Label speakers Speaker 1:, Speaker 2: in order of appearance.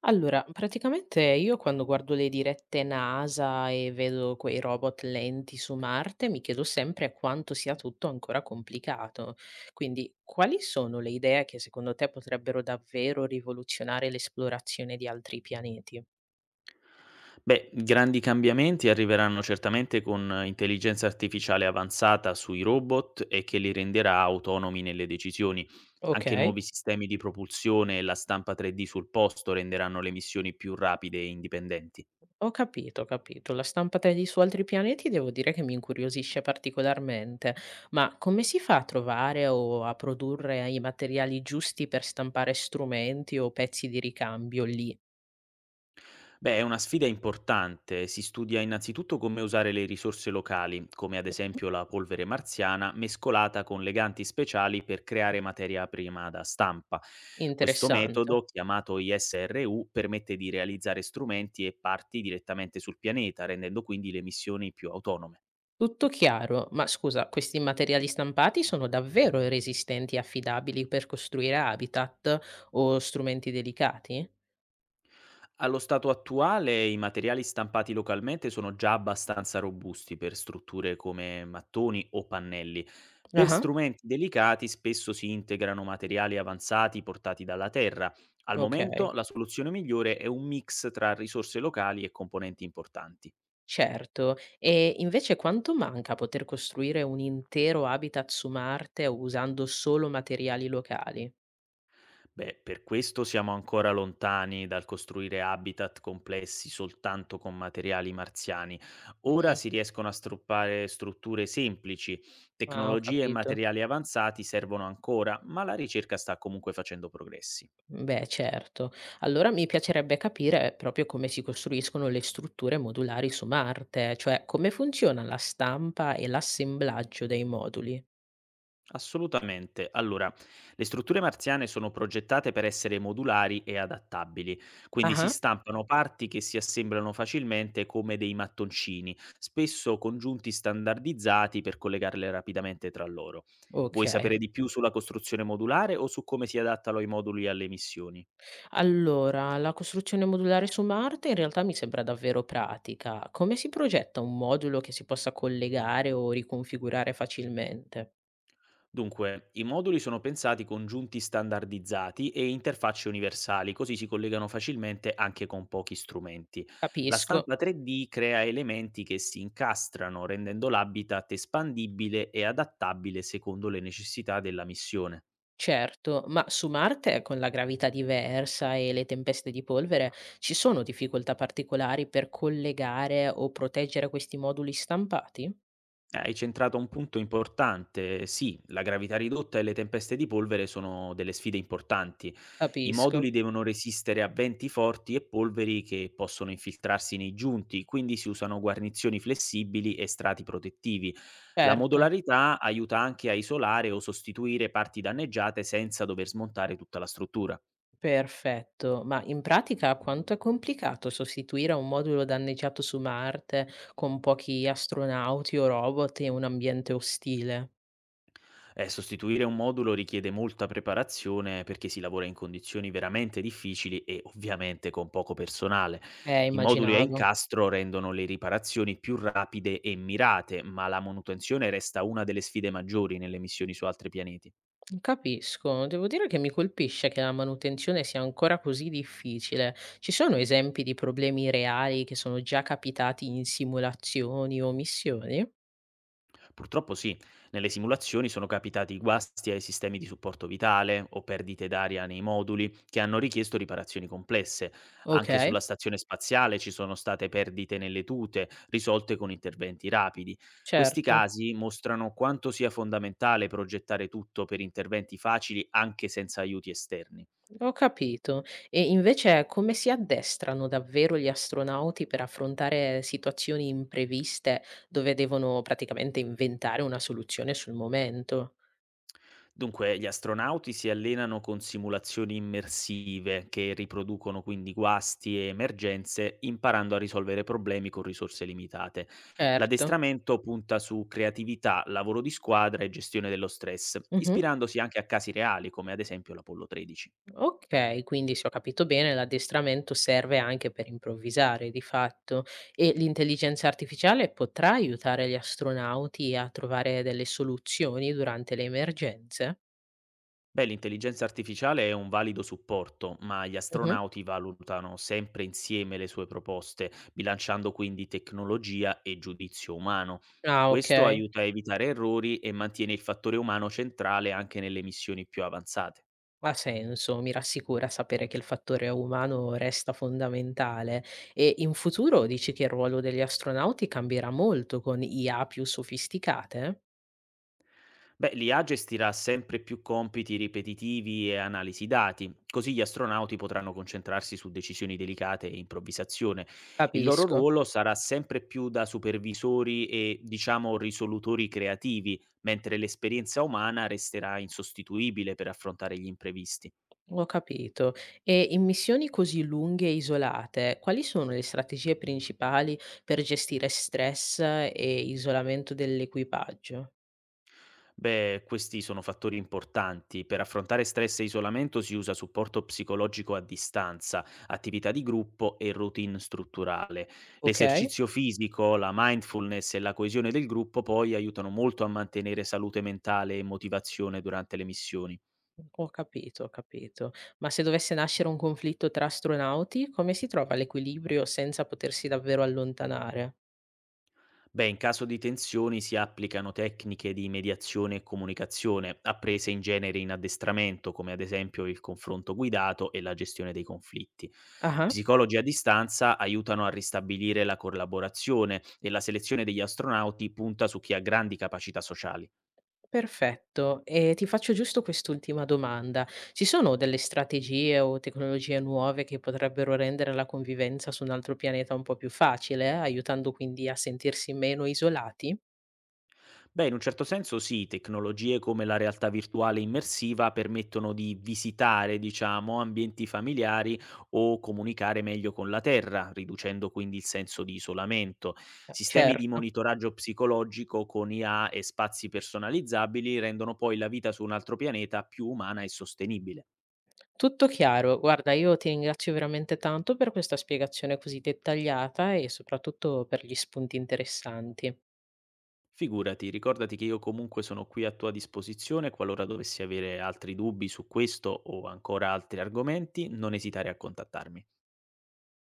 Speaker 1: Allora, praticamente io quando guardo le dirette NASA e vedo quei robot lenti su Marte, mi chiedo sempre quanto sia tutto ancora complicato. Quindi, quali sono le idee che secondo te potrebbero davvero rivoluzionare l'esplorazione di altri pianeti?
Speaker 2: Beh, grandi cambiamenti arriveranno certamente con intelligenza artificiale avanzata sui robot e che li renderà autonomi nelle decisioni.
Speaker 1: Ok.
Speaker 2: Anche nuovi sistemi di propulsione e la stampa 3D sul posto renderanno le missioni più rapide e indipendenti.
Speaker 1: Ho capito, ho capito. La stampa 3D su altri pianeti devo dire che mi incuriosisce particolarmente, ma come si fa a trovare o a produrre i materiali giusti per stampare strumenti o pezzi di ricambio lì?
Speaker 2: Beh, è una sfida importante. Si studia innanzitutto come usare le risorse locali, come ad
Speaker 1: Mhm.
Speaker 2: esempio la polvere marziana, mescolata con leganti speciali per creare materia prima da stampa. Questo
Speaker 1: Interessante.
Speaker 2: metodo, chiamato ISRU, permette di realizzare strumenti e parti direttamente sul pianeta, rendendo quindi le missioni più autonome.
Speaker 1: Tutto chiaro, ma scusa, questi materiali stampati sono davvero resistenti e affidabili per costruire habitat o strumenti delicati?
Speaker 2: Allo stato attuale i materiali stampati localmente sono già abbastanza robusti per strutture come mattoni o pannelli. Per
Speaker 1: Ah,
Speaker 2: strumenti delicati spesso si integrano materiali avanzati portati dalla terra. Al
Speaker 1: ok.
Speaker 2: momento la soluzione migliore è un mix tra risorse locali e componenti importanti.
Speaker 1: Certo, e invece quanto manca poter costruire un intero habitat su Marte usando solo materiali locali?
Speaker 2: Beh, per questo siamo ancora lontani dal costruire habitat complessi soltanto con materiali marziani. Ora
Speaker 1: Mh,
Speaker 2: si riescono a stroppare strutture semplici,
Speaker 1: ah, ho
Speaker 2: tecnologie e
Speaker 1: capito.
Speaker 2: materiali avanzati servono ancora, ma la ricerca sta comunque facendo progressi.
Speaker 1: Beh, certo. Allora mi piacerebbe capire proprio come si costruiscono le strutture modulari su Marte, cioè come funziona la stampa e l'assemblaggio dei moduli.
Speaker 2: Assolutamente. Allora, le strutture marziane sono progettate per essere modulari e adattabili, quindi si
Speaker 1: Ah-ah,
Speaker 2: stampano parti che si assemblano facilmente come dei mattoncini, spesso congiunti standardizzati per collegarle rapidamente tra loro. Vuoi
Speaker 1: ok.
Speaker 2: sapere di più sulla costruzione modulare o su come si adattano i moduli alle missioni?
Speaker 1: Allora, la costruzione modulare su Marte in realtà mi sembra davvero pratica. Come si progetta un modulo che si possa collegare o riconfigurare facilmente?
Speaker 2: Dunque, i moduli sono pensati con giunti standardizzati e interfacce universali, così si collegano facilmente anche con pochi strumenti. La
Speaker 1: Capisco,
Speaker 2: stampa 3D crea elementi che si incastrano, rendendo l'habitat espandibile e adattabile secondo le necessità della missione.
Speaker 1: certo, ma su Marte, con la gravità diversa e le tempeste di polvere, ci sono difficoltà particolari per collegare o proteggere questi moduli stampati?
Speaker 2: Hai centrato un punto importante. Sì, la gravità ridotta e le tempeste di polvere sono delle sfide importanti. I
Speaker 1: Capisco,
Speaker 2: moduli devono resistere a venti forti e polveri che possono infiltrarsi nei giunti, quindi si usano guarnizioni flessibili e strati protettivi. La
Speaker 1: certo.
Speaker 2: modularità aiuta anche a isolare o sostituire parti danneggiate senza dover smontare tutta la struttura.
Speaker 1: Perfetto, ma in pratica quanto è complicato sostituire un modulo danneggiato su Marte con pochi astronauti o robot e un ambiente ostile?
Speaker 2: Sostituire un modulo richiede molta preparazione perché si lavora in condizioni veramente difficili e ovviamente con poco personale. I moduli a
Speaker 1: Immaginavo.
Speaker 2: incastro rendono le riparazioni più rapide e mirate, ma la manutenzione resta una delle sfide maggiori nelle missioni su altri pianeti.
Speaker 1: Capisco, devo dire che mi colpisce che la manutenzione sia ancora così difficile. Ci sono esempi di problemi reali che sono già capitati in simulazioni o missioni?
Speaker 2: Purtroppo sì, nelle simulazioni sono capitati guasti ai sistemi di supporto vitale o perdite d'aria nei moduli che hanno richiesto riparazioni complesse.
Speaker 1: Ok,
Speaker 2: Anche sulla stazione spaziale ci sono state perdite nelle tute, risolte con interventi rapidi. Questi
Speaker 1: certo.
Speaker 2: casi mostrano quanto sia fondamentale progettare tutto per interventi facili anche senza aiuti esterni.
Speaker 1: Ho capito. E invece come si addestrano davvero gli astronauti per affrontare situazioni impreviste dove devono praticamente inventare una soluzione sul momento?
Speaker 2: Dunque, gli astronauti si allenano con simulazioni immersive che riproducono quindi guasti e emergenze, imparando a risolvere problemi con risorse limitate.
Speaker 1: Certo.
Speaker 2: L'addestramento punta su creatività, lavoro di squadra e gestione dello stress,
Speaker 1: Mhm.
Speaker 2: ispirandosi anche a casi reali come ad esempio l'Apollo 13.
Speaker 1: Ok, quindi se ho capito bene, l'addestramento serve anche per improvvisare, di fatto, e l'intelligenza artificiale potrà aiutare gli astronauti a trovare delle soluzioni durante le emergenze?
Speaker 2: Beh, l'intelligenza artificiale è un valido supporto, ma gli
Speaker 1: Mhm.
Speaker 2: astronauti valutano sempre insieme le sue proposte, bilanciando quindi tecnologia e giudizio umano.
Speaker 1: Ah, ok.
Speaker 2: Questo aiuta a evitare errori e mantiene il fattore umano centrale anche nelle missioni più avanzate.
Speaker 1: Ha senso, mi rassicura sapere che il fattore umano resta fondamentale. E in futuro dici che il ruolo degli astronauti cambierà molto con IA più sofisticate?
Speaker 2: Beh, l'IA gestirà sempre più compiti ripetitivi e analisi dati, così gli astronauti potranno concentrarsi su decisioni delicate e improvvisazione. Il loro
Speaker 1: Capisco,
Speaker 2: ruolo sarà sempre più da supervisori e, diciamo, risolutori creativi, mentre l'esperienza umana resterà insostituibile per affrontare gli imprevisti.
Speaker 1: ho capito. E in missioni così lunghe e isolate, quali sono le strategie principali per gestire stress e isolamento dell'equipaggio?
Speaker 2: Beh, questi sono fattori importanti. Per affrontare stress e isolamento si usa supporto psicologico a distanza, attività di gruppo e routine strutturale.
Speaker 1: Ok?
Speaker 2: L'esercizio fisico, la mindfulness e la coesione del gruppo poi aiutano molto a mantenere salute mentale e motivazione durante le missioni.
Speaker 1: Ho capito, ho capito. Ma se dovesse nascere un conflitto tra astronauti, come si trova l'equilibrio senza potersi davvero allontanare?
Speaker 2: Beh, in caso di tensioni si applicano tecniche di mediazione e comunicazione, apprese in genere in addestramento, come ad esempio il confronto guidato e la gestione dei conflitti.
Speaker 1: Ah,
Speaker 2: Psicologi a distanza aiutano a ristabilire la collaborazione e la selezione degli astronauti punta su chi ha grandi capacità sociali.
Speaker 1: perfetto. E ti faccio giusto quest'ultima domanda. Ci sono delle strategie o tecnologie nuove che potrebbero rendere la convivenza su un altro pianeta un po' più facile, aiutando quindi a sentirsi meno isolati?
Speaker 2: Beh, in un certo senso sì, tecnologie come la realtà virtuale immersiva permettono di visitare, diciamo, ambienti familiari o comunicare meglio con la terra, riducendo quindi il senso di isolamento. Sistemi di
Speaker 1: Certo.
Speaker 2: monitoraggio psicologico con IA e spazi personalizzabili rendono poi la vita su un altro pianeta più umana e sostenibile.
Speaker 1: Tutto chiaro. Guarda, io ti ringrazio veramente tanto per questa spiegazione così dettagliata e soprattutto per gli spunti interessanti.
Speaker 2: Figurati, ricordati che io comunque sono qui a tua disposizione qualora dovessi avere altri dubbi su questo o ancora altri argomenti, non esitare a contattarmi.